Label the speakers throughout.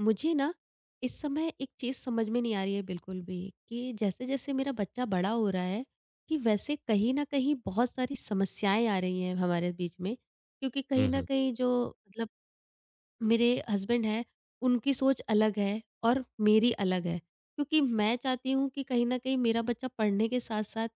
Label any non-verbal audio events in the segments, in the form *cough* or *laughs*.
Speaker 1: मुझे ना इस समय एक चीज़ समझ में नहीं आ रही है बिल्कुल भी कि जैसे-जैसे मेरा बच्चा बड़ा हो रहा है, कि वैसे कहीं न कहीं बहुत सारी समस्याएँ आ रही हैं हमारे बीच में। क्योंकि
Speaker 2: हुँ,
Speaker 1: कहीं न
Speaker 2: हुँ।
Speaker 1: कहीं जो मतलब मेरे हस्बैंड हैं, उनकी सोच अलग है और मेरी अलग है। क्योंकि मैं चाहती हूँ कि कहीं न कहीं मेरा बच्चा पढ़ने के साथ-साथ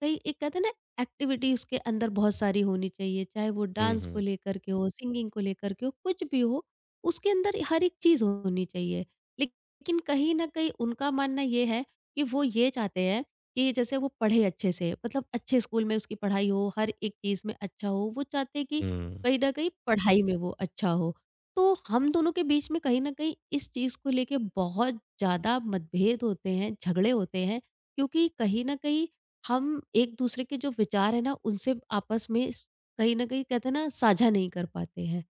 Speaker 1: कहीं एक कहते हैं ना, एक्टिविटी उसके अंदर बहुत सारी होनी चाहिए, चाहे वो
Speaker 2: हुँ,
Speaker 1: डांस को
Speaker 2: हुँ।
Speaker 1: लेकर के हो, सिंगिंग को लेकर के हो, कुछ भी हो, उसके अंदर हर एक चीज़ होनी चाहिए। लेकिन कहीं न कहीं उनका मानना ये है कि वो ये चाहते हैं कि जैसे वो पढ़े अच्छे से, मतलब अच्छे स्कूल में उसकी पढ़ाई हो, हर एक चीज़ में अच्छा हो। वो चाहते हैं कि
Speaker 2: हुँ।
Speaker 1: कहीं न कहीं पढ़ाई में वो अच्छा हो। तो हम दोनों के बीच में कहीं न कहीं इस चीज़ को लेके बहुत ज़्यादा मतभेद होते हैं, झगड़े होते हैं, क्योंकि कहीं न कहीं हम एक-दूसरे के जो विचार हैं ना, उनसे आपस में स कहीं न कहीं कहते हैं ना, साझा नहीं कर पाते हैं।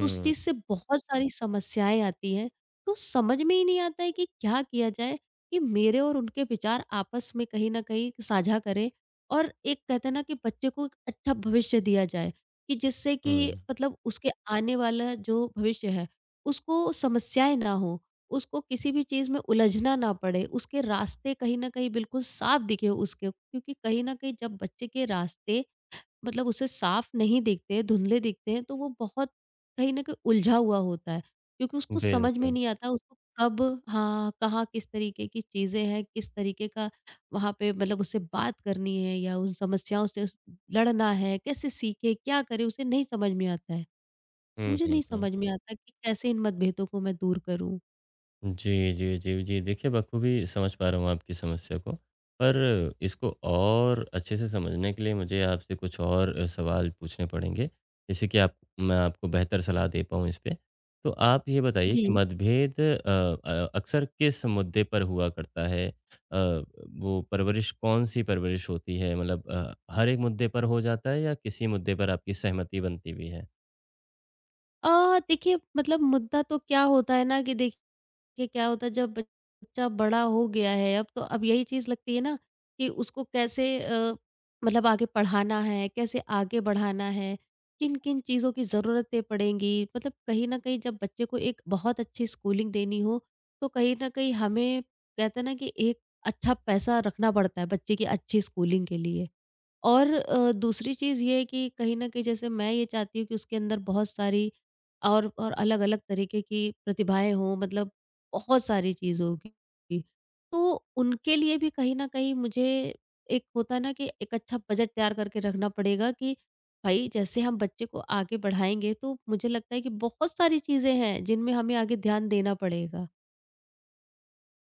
Speaker 1: तो उस चीज़ से बहुत सारी समस्याएँ आती हैं, तो समझ में ही नहीं आता है कि क्या किया जाए कि मेरे और उनके विचार आपस में कहीं न कहीं साझा करें और एक कहते हैं ना कि बच्चे को एक अच्छा भविष्य दिया जाए। कि जिससे कि
Speaker 2: हुँ।
Speaker 1: मतलब उसके आने वाला जो भविष्य है, उसको समस्याएँ ना हो, उसको किसी भी चीज़ में उलझना ना पड़े, उसके रास्ते कहीं न कहीं बिल्कुल साफ दिखे उसके, क्योंकि कहीं न कहीं जब बच्चे के रास्ते मतलब उसे साफ नहीं दिखते हैं, धुंधले दिखते हैं, तो वो बहुत कहीं न कहीं उलझा हुआ होता है, क्योंकि उसको समझ में
Speaker 2: बिल्कुल।
Speaker 1: नहीं आता उसको कब, हाँ, कहाँ, किस तरीके की चीज़ें हैं, किस तरीके का वहाँ पे मतलब उससे बात करनी है या उन समस्याओं से उस लड़ना है, कैसे सीखे, क्या करे, उसे नहीं समझ में आता है।
Speaker 2: हुँ,
Speaker 1: मुझे
Speaker 2: हुँ,
Speaker 1: नहीं
Speaker 2: हुँ।
Speaker 1: समझ में आता कि कैसे इन मतभेदों को मैं दूर करूँ?
Speaker 2: जी, जी, जी, जी। देखिए, बखूबी समझ पा रहा हूँ आपकी समस्या को, पर इसको और अच्छे से समझने के लिए मुझे आपसे कुछ और सवाल पूछने पड़ेंगे, जिससे कि आप मैं आपको बेहतर सलाह दे पाऊँ इस पे। तो आप ये बताइए
Speaker 1: जी।
Speaker 2: कि मतभेद अक्सर किस मुद्दे पर हुआ करता है? अ, वो परवरिश कौन-सी परवरिश होती है? मतलब हर एक मुद्दे पर हो जाता है या किसी मुद्दे पर आपकी सहमति बनती भी है?
Speaker 1: देखिए मतलब मुद्दा तो क्या होता है ना, कि देखिए कि क्या होता है जब बच्चा बड़ा हो गया है, अब तो अब यही चीज़ लगती है ना कि उसको कैसे मतलब आगे पढ़ाना है, कैसे आगे बढ़ाना है, किन-किन चीज़ों की ज़रूरतें पड़ेंगी। मतलब कहीं न कहीं जब बच्चे को एक बहुत अच्छी स्कूलिंग देनी हो, तो कहीं न कहीं हमें कहते हैं ना कि एक अच्छा पैसा रखना पड़ता है बच्चे की अच्छी स्कूलिंग के लिए। और दूसरी चीज़ ये है कि कहीं न कहीं जैसे मैं ये चाहती हूँ कि उसके अंदर बहुत सारी और अलग-अलग तरीके की प्रतिभाएँ हों, मतलब बहुत सारी चीज़ होगी। तो उनके लिए भी कहीं न कहीं मुझे एक होता है ना कि एक अच्छा बजट तैयार करके रखना पड़ेगा कि भाई जैसे हम बच्चे को आगे बढ़ाएँगे, तो मुझे लगता है कि बहुत सारी चीज़ें हैं जिनमें हमें आगे ध्यान देना पड़ेगा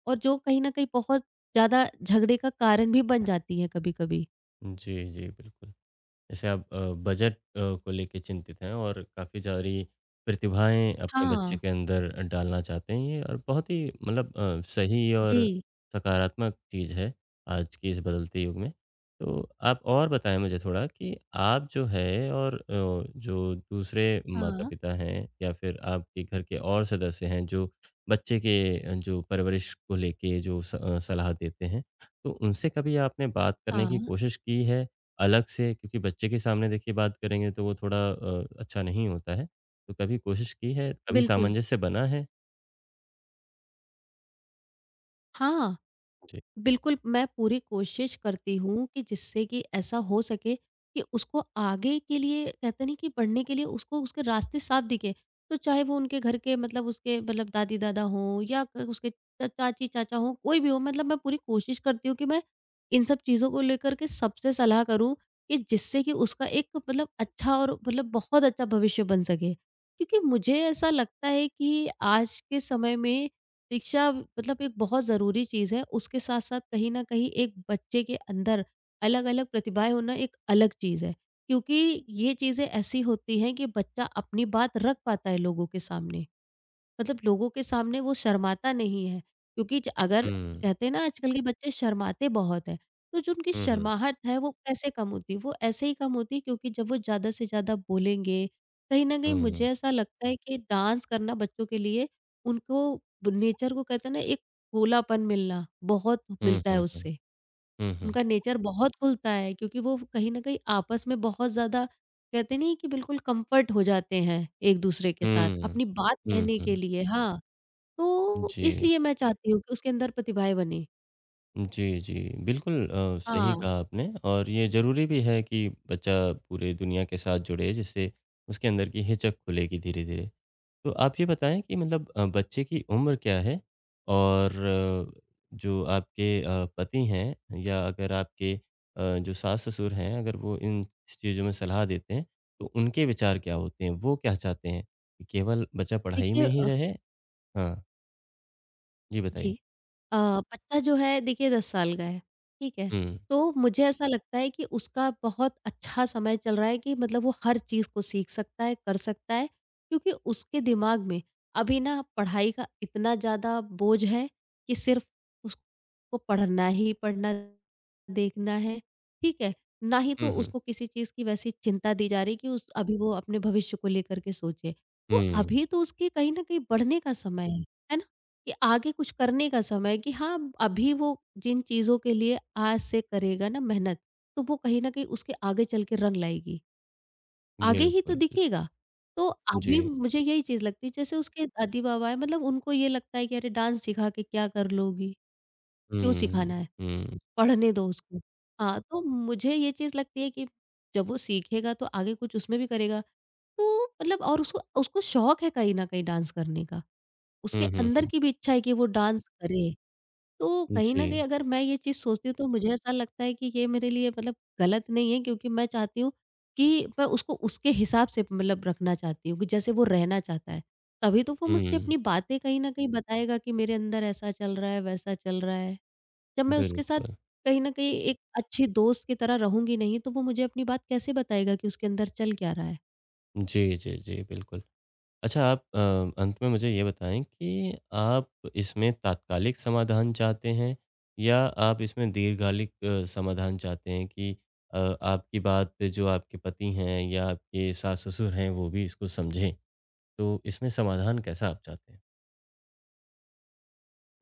Speaker 1: और जो कहीं न कहीं बहुत ज़्यादा झगड़े का कारण भी बन जाती हैं कभी-कभी।
Speaker 2: जी, जी, बिल्कुल। जैसे आप बजट को लेके चिंतित हैं और काफ़ी सारी प्रतिभाएँ अपने बच्चे
Speaker 1: हाँ।
Speaker 2: के अंदर डालना चाहते हैं ये और बहुत ही मतलब सही और
Speaker 1: जी।
Speaker 2: सकारात्मक चीज़ है आज के इस बदलते युग में। तो आप और बताएँ मुझे थोड़ा कि आप जो है और जो दूसरे
Speaker 1: हाँ।
Speaker 2: माता-पिता हैं या फिर आपके घर के और सदस्य हैं जो बच्चे के जो परवरिश को लेके जो सलाह देते हैं, तो उनसे कभी आपने बात करने की
Speaker 1: हाँ,
Speaker 2: कोशिश की है? अलग से क्योंकि बच्चे के सामने देखिए बात करेंगे तो वो थोड़ा अच्छा नहीं होता है। तो कभी कोशिश की है, कभी
Speaker 1: बिल्कुल।
Speaker 2: सामंजस्य बना है?
Speaker 1: हाँ,
Speaker 2: जी।
Speaker 1: बिल्कुल मैं पूरी कोशिश करती हूँ कि जिससे कि ऐसा हो सके कि उसको आगे के लिए कहते नहीं कि बढ़ने के लिए उसको उसके रास्ते साफ दिखे। तो चाहे वो उनके घर के मतलब उसके मतलब दादी-दादा हों, या क उसके च चाची-चाचा हों, कोई भी हो, मतलब मैं पूरी कोशिश करती हूँ कि मैं इन सब चीज़ों को लेकर के सबसे सलाह करूँ कि जिससे कि उसका एक मतलब अच्छा और मतलब बहुत अच्छा भविष्य बन सके। क्योंकि मुझे ऐसा लगता है कि आज के समय में शिक्षा मतलब एक बहुत ज़रूरी चीज़ है, उसके साथ-साथ कहीं न कहीं एक बच्चे के अंदर अलग-अलग प्रतिभाएँ होना एक अलग चीज़ है, क्योंकि ये चीज़ें ऐसी होती हैं कि बच्चा अपनी बात रख पाता है लोगों के सामने। मतलब लोगों के सामने वो शर्माता नहीं है, क्योंकि ज अगर
Speaker 2: हुँ।
Speaker 1: कहते हैं ना, आजकल के बच्चे शर्माते बहुत हैं, तो जो उनकी
Speaker 2: हुँ, हुँ।
Speaker 1: शर्माहट है वो कैसे कम होती है? वो ऐसे ही कम होती है, क्योंकि जब वो ज़्यादा से ज़्यादा बोलेंगे, कहीं न कहीं
Speaker 2: हुँ,
Speaker 1: मुझे
Speaker 2: हुँ,
Speaker 1: ऐसा लगता है कि डांस करना बच्चों के लिए उनको नेचर को कहते हैं ना, एक खुलापन मिलना बहुत
Speaker 2: हुँ,
Speaker 1: मिलता है
Speaker 2: हुँ,
Speaker 1: उससे।
Speaker 2: हुँ, हुँ।
Speaker 1: उनका नेचर बहुत खुलता है, क्योंकि वो कहीं न कहीं आपस में बहुत ज़्यादा कहते नहीं कि बिल्कुल कम्फ़र्ट हो जाते हैं एक-दूसरे के साथ
Speaker 2: हुँ,
Speaker 1: अपनी बात कहने के
Speaker 2: हुँ।
Speaker 1: लिए। हाँ। तो
Speaker 2: जी।
Speaker 1: इसलिए मैं चाहती हूँ कि उसके अंदर प्रतिभाएँ बनें।
Speaker 2: जी, जी। बिल्कुल सही
Speaker 1: हाँ,
Speaker 2: कहा आपने और ये ज़रूरी भी है कि बच्चा पूरे दुनिया के साथ जुड़े, जिससे उसके अंदर की हिचक खुलेगी धीरे-धीरे। तो आप ये बताएँ कि मतलब बच्चे की उम्र क्या है? और अ, जो आपके पति हैं या अगर आपके जो सास-ससुर हैं, अगर वो इन चीज़ों में सलाह देते हैं, तो उनके विचार क्या होते हैं? वो क्या चाहते हैं? कि केवल बच्चा पढ़ाई में
Speaker 1: देखिए
Speaker 2: ही रहे? हाँ, जी
Speaker 1: जी।
Speaker 2: बताइए।
Speaker 1: अ, बच्चा जो है देखिए 10 साल का है, ठीक है?
Speaker 2: हुँ।
Speaker 1: तो मुझे ऐसा लगता है कि उसका बहुत अच्छा समय चल रहा है, कि मतलब वो हर चीज़ को सीख सकता है, कर सकता है, क्योंकि उसके दिमाग में अभी ना पढ़ाई का इतना ज़्यादा बोझ है कि सिर्फ़ उसको पढ़ना ही पढ़ना, देखना है, ठीक है? ना ही तो
Speaker 2: हुँ, हुँ।
Speaker 1: उसको किसी चीज़ की वैसी चिंता दी जा रही कि उस अभी वो अपने भविष्य को लेकर के सोचे। तो
Speaker 2: हुँ,
Speaker 1: अभी तो उसके कहीं न कहीं बढ़ने का समय है। है कि आगे कुछ करने का समय, कि हाँ, अभी वो जिन चीज़ों के लिए आज से करेगा ना मेहनत, तो वो कहीं न कहीं उसके आगे चल के रंग लाएगी। आगे ही तो
Speaker 2: बिल्कुल, बिल
Speaker 1: दिखेगा। तो
Speaker 2: जी।
Speaker 1: अभी मुझे यही चीज़ लगती है, जैसे उसके दादी-बाबा हैं, मतलब उनको ये लगता है कि अरे डांस सिखा के क्या कर लोगी? क्यों
Speaker 2: हुँ,
Speaker 1: सिखाना है?
Speaker 2: हुँ।
Speaker 1: पढ़ने दो उसको। हाँ, तो मुझे ये चीज़ लगती है कि जब वो सीखेगा तो आगे कुछ उसमें भी करेगा। तो मतलब और उसको उसको शौक है कहीं न कहीं डांस करने का। उसके
Speaker 2: हुँ, हुँ,
Speaker 1: अंदर
Speaker 2: हुँ।
Speaker 1: की भी इच्छा है कि वो डांस करे। तो कहीं न
Speaker 2: जी।
Speaker 1: कहीं अगर मैं ये चीज़ सोचती हूँ तो मुझे ऐसा लगता है कि ये मेरे लिए मतलब गलत नहीं है, क्योंकि मैं चाहती हूँ कि मैं उसको उसके हिसाब से मतलब रखना चाहती हूँ, कि जैसे वो रहना चाहता है। तभी तो वो मुझसे
Speaker 2: हुँ,
Speaker 1: अपनी बातें कहीं न कहीं बताएगा कि मेरे अंदर ऐसा चल रहा है, वैसा चल रहा है। जब मैं उसके साथ
Speaker 2: बिल्कुल।
Speaker 1: कहीं न कहीं एक अच्छी दोस्त की तरह रहूँगी नहीं, तो वो मुझे अपनी बात कैसे बताएगा कि उसके अंदर चल क्या रहा है?
Speaker 2: जी, जी, जी, बिल्कुल। अच्छा आप अंत में मुझे ये बताएँ कि आप इसमें तात्कालिक समाधान चाहते हैं या आप इसमें दीर्घकालिक समाधान चाहते हैं कि आपकी बात पे जो आपके पति हैं या आपके सास-ससुर हैं वो भी इसको समझें? तो इसमें समाधान कैसा आप चाहते हैं?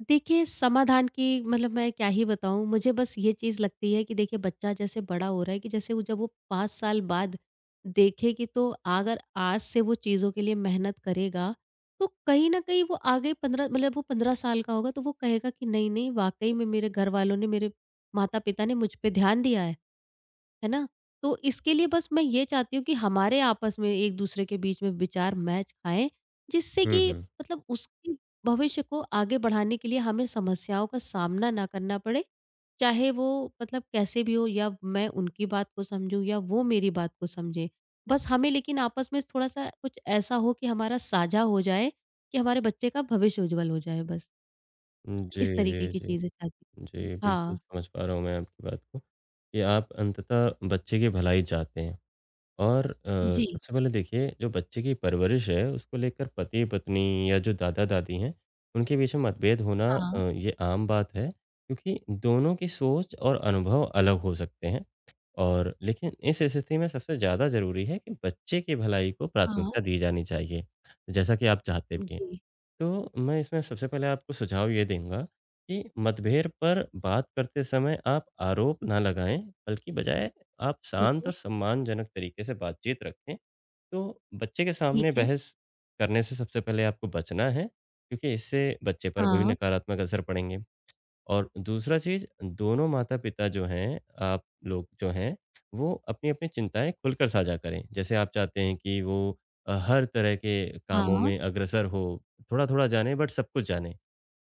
Speaker 1: देखिए, समाधान की मतलब मैं क्या ही बताऊँ, मुझे बस ये चीज़ लगती है कि देखिए बच्चा जैसे बड़ा हो रहा है, कि जैसे वो जब वो 5 साल बाद देखेगी, तो अगर आज से वो चीज़ों के लिए मेहनत करेगा, तो कहीं न कहीं वो आगे 15, मतलब वो 15 साल का होगा, तो वो कहेगा कि नहीं-नहीं वाक़ई में मेरे घरवालों ने, मेरे माता-पिता ने मुझ पे ध्यान दिया है। है ना? तो इसके लिए बस मैं ये चाहती हूँ कि हमारे आपस में एक दूसरे के बीच में विचार मैच खाएँ, जिससे
Speaker 2: हुँ,
Speaker 1: कि
Speaker 2: हुँ।
Speaker 1: मतलब उसकी भविष्य को आगे बढ़ाने के लिए हमें समस्याओं का सामना ना करना पड़े। चाहे वो मतलब कैसे भी हो, या मैं उनकी बात को समझूँ या वो मेरी बात को समझें। बस हमें लेकिन आपस में थोड़ा-सा कुछ ऐसा हो कि हमारा साझा हो जाए, कि हमारे बच्चे का भविष्य उज्ज्वल हो जाए बस। इस
Speaker 2: जी,
Speaker 1: तरीके
Speaker 2: जी,
Speaker 1: की
Speaker 2: जी।
Speaker 1: चीज़ें चाहती हूँ।
Speaker 2: जी, बिल्कुल
Speaker 1: हाँ।
Speaker 2: समझ पा रहा हूँ मैं आपकी बात को, कि आप अंततः बच्चे की भलाई चाहते हैं। और
Speaker 1: जी।
Speaker 2: सबसे पहले देखिए जो बच्चे की परवरिश है उसको लेकर पति-पत्नी या जो दादा-दादी हैं, उनके बीच में मतभेद होना
Speaker 1: हाँ,
Speaker 2: ये आम बात है क्योंकि दोनों की सोच और अनुभव अलग हो सकते हैं और लेकिन इस स्थिति में सबसे ज़्यादा ज़रूरी है कि बच्चे की भलाई को
Speaker 1: हाँ।
Speaker 2: प्राथमिकता दी जानी चाहिए, जैसा कि आप चाहते भी हैं।
Speaker 1: जी।
Speaker 2: तो मैं इसमें सबसे पहले आपको सुझाव ये दूँगा कि मतभेद पर बात करते समय आप आरोप ना लगाएँ, बल्कि बजाय आप
Speaker 1: ठीक
Speaker 2: शांत
Speaker 1: है,
Speaker 2: और सम्मानजनक तरीके से बातचीत रखें। तो बच्चे के सामने
Speaker 1: ठीक है।
Speaker 2: बहस करने से सबसे पहले आपको बचना है, क्योंकि इससे बच्चे पर भी
Speaker 1: हाँ,
Speaker 2: नकारात्मक असर पड़ेंगे। और दूसरा चीज़ दोनों माता-पिता जो हैं, आप लोग जो हैं, वो अपनी-अपनी चिंताएँ खुलकर साझा करें। जैसे आप चाहते हैं कि वो हर तरह के कामों
Speaker 1: हाँ,
Speaker 2: में अग्रसर हो, थोड़ा-थोड़ा जाने बट सब कुछ जाने।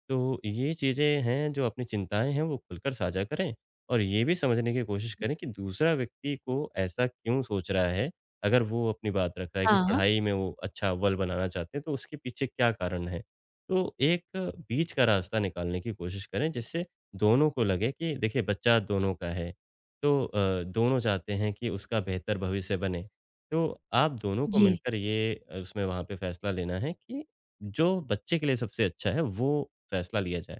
Speaker 2: तो ये चीज़ें हैं जो अपनी चिंताएँ हैं वो खुलकर साझा करें और ये भी समझने की कोशिश करें कि दूसरा व्यक्ति को ऐसा क्यों सोच रहा है। अगर वो अपनी बात रख रहा है कि
Speaker 1: हाँ,
Speaker 2: पढ़ाई में वो अच्छा अव्वल बनाना चाहते हैं तो उसके पीछे क्या कारण है। तो एक बीच का रास्ता निकालने की कोशिश करें जिससे दोनों को लगे कि देखिए बच्चा दोनों का है। तो दोनों चाहते हैं कि उसका बेहतर भविष्य बने। तो आप दोनों को
Speaker 1: जी,
Speaker 2: मिलकर ये उसमें वहाँ पे फ़ैसला लेना है कि जो बच्चे के लिए सबसे अच्छा है वो फैसला लिया जाए।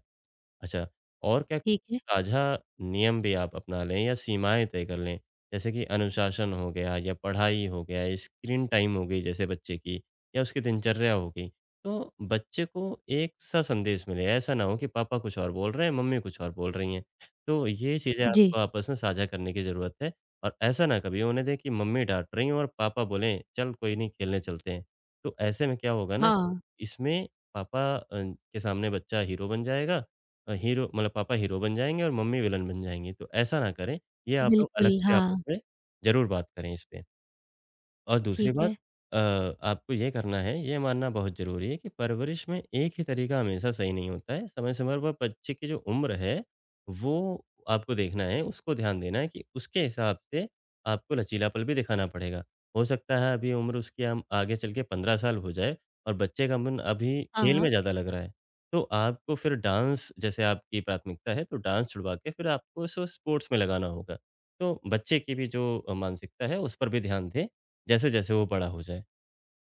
Speaker 2: अच्छा, और क्या
Speaker 1: ठीक है,
Speaker 2: साझा नियम भी आप अपना लें या सीमाएँ तय कर लें? जैसे कि अनुशासन हो गया या पढ़ाई हो गया, स्क्रीन टाइम हो गई जैसे बच्चे की या उसकी दिनचर्या हो गई। तो बच्चे को एक सा संदेश मिले, ऐसा ना हो कि पापा कुछ और बोल रहे हैं, मम्मी कुछ और बोल रही हैं। तो ये चीज़ें
Speaker 1: जी,
Speaker 2: आपको आपस में साझा करने की ज़रूरत है और ऐसा ना कभी होने दें कि मम्मी डाँट रही हों और पापा बोलें, "चल कोई नहीं खेलने चलते हैं।" तो ऐसे में क्या होगा ना, कि
Speaker 1: हाँ,
Speaker 2: इसमें पापा के सामने बच्चा हीरो बन जाएगा हीरो मतलब पापा हीरो बन जाएँगे और मम्मी विलन बन जाएँगी, तो ऐसा ना करें। ये आप लोग
Speaker 1: बिल्कुल,
Speaker 2: अलग से आपस
Speaker 1: हाँ,
Speaker 2: में ज़रूर बात करें इस पे। और दूसरी
Speaker 1: ठीक
Speaker 2: बात
Speaker 1: है,
Speaker 2: अ, आपको ये करना है, ये मानना बहुत ज़रूरी है कि परवरिश में एक ही तरीका हमेशा सही नहीं होता है। समय-समय पर बच्चे की जो उम्र है, वो आपको देखना है, उसको ध्यान देना है कि उसके हिसाब से आपको लचीलापन भी दिखाना पड़ेगा। हो सकता है अभी उम्र उसकी हम आगे चल के 15 साल हो जाए और बच्चे का मन अभी खेल
Speaker 1: हाँ,
Speaker 2: में ज़्यादा लग रहा है। तो आपको फिर डांस जैसे आपकी प्राथमिकता है, तो डांस छुड़वा के फिर आपको उसको स्पोर्ट्स में लगाना होगा। तो बच्चे की भी जो मानसिकता है, उस पर भी ध्यान दें जैसे-जैसे वो बड़ा हो जाए।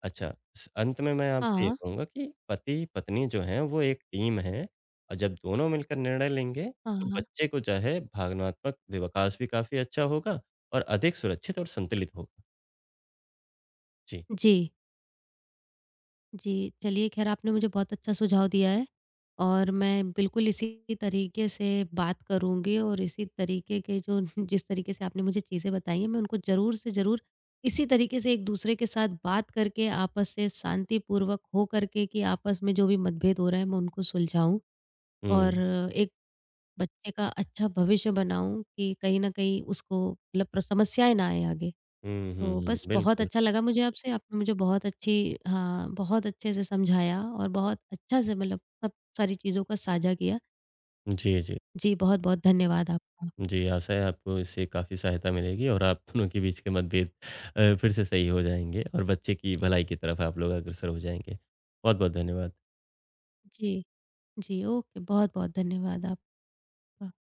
Speaker 2: अच्छा, स अंत में मैं आपसे ये
Speaker 1: हाँ,
Speaker 2: कहूँगा कि पति-पत्नी जो हैं वो एक टीम है और जब दोनों मिलकर निर्णय लेंगे, तो
Speaker 1: हाँ,
Speaker 2: बच्चे को जो है भावनात्मक वि विकास भी काफ़ी अच्छा होगा और अधिक सुरक्षित और संतुलित होगा। जी।
Speaker 1: जी, जी, चलिए ख़ैर, आपने मुझे बहुत अच्छा सुझाव दिया है और मैं बिल्कुल इसी तरीके से बात करूँगी, और इसी तरीके के जो *laughs* जिस तरीके से आपने मुझे चीज़ें बताई हैं, मैं उनको ज़रूर से ज़रूर इसी तरीके से एक-दूसरे के साथ बात करके, आपस से शांतिपूर्वक हो करके, कि आपस में जो भी मतभेद हो रहा है मैं उनको सुलझाऊँ और
Speaker 2: हुँ।
Speaker 1: एक बच्चे का अच्छा भविष्य बनाऊँ, कि कहीं न कहीं उसको मतलब प्र समस्याएँ ना आएँ आगे।
Speaker 2: हुँ, हुँ,
Speaker 1: तो
Speaker 2: हुँ।
Speaker 1: बस बहुत
Speaker 2: बिल्कुल।
Speaker 1: अच्छा लगा मुझे आपसे, आपने मुझे बहुत अच्छी, हाँ, बहुत अच्छे से समझाया और बहुत अच्छा से मतलब सब सारी चीज़ों को साझा किया।
Speaker 2: जी, जी।
Speaker 1: जी, बहुत-बहुत धन्यवाद आपका।
Speaker 2: जी, आशा है आपको इससे काफ़ी सहायता मिलेगी और आप दोनों के बीच के मतभेद फिर से सही हो जाएँगे और बच्चे की भलाई की तरफ आप लोग अग्रसर हो जाएँगे। बहुत-बहुत धन्यवाद।
Speaker 1: जी, जी, ओके, बहुत-बहुत धन्यवाद आपका।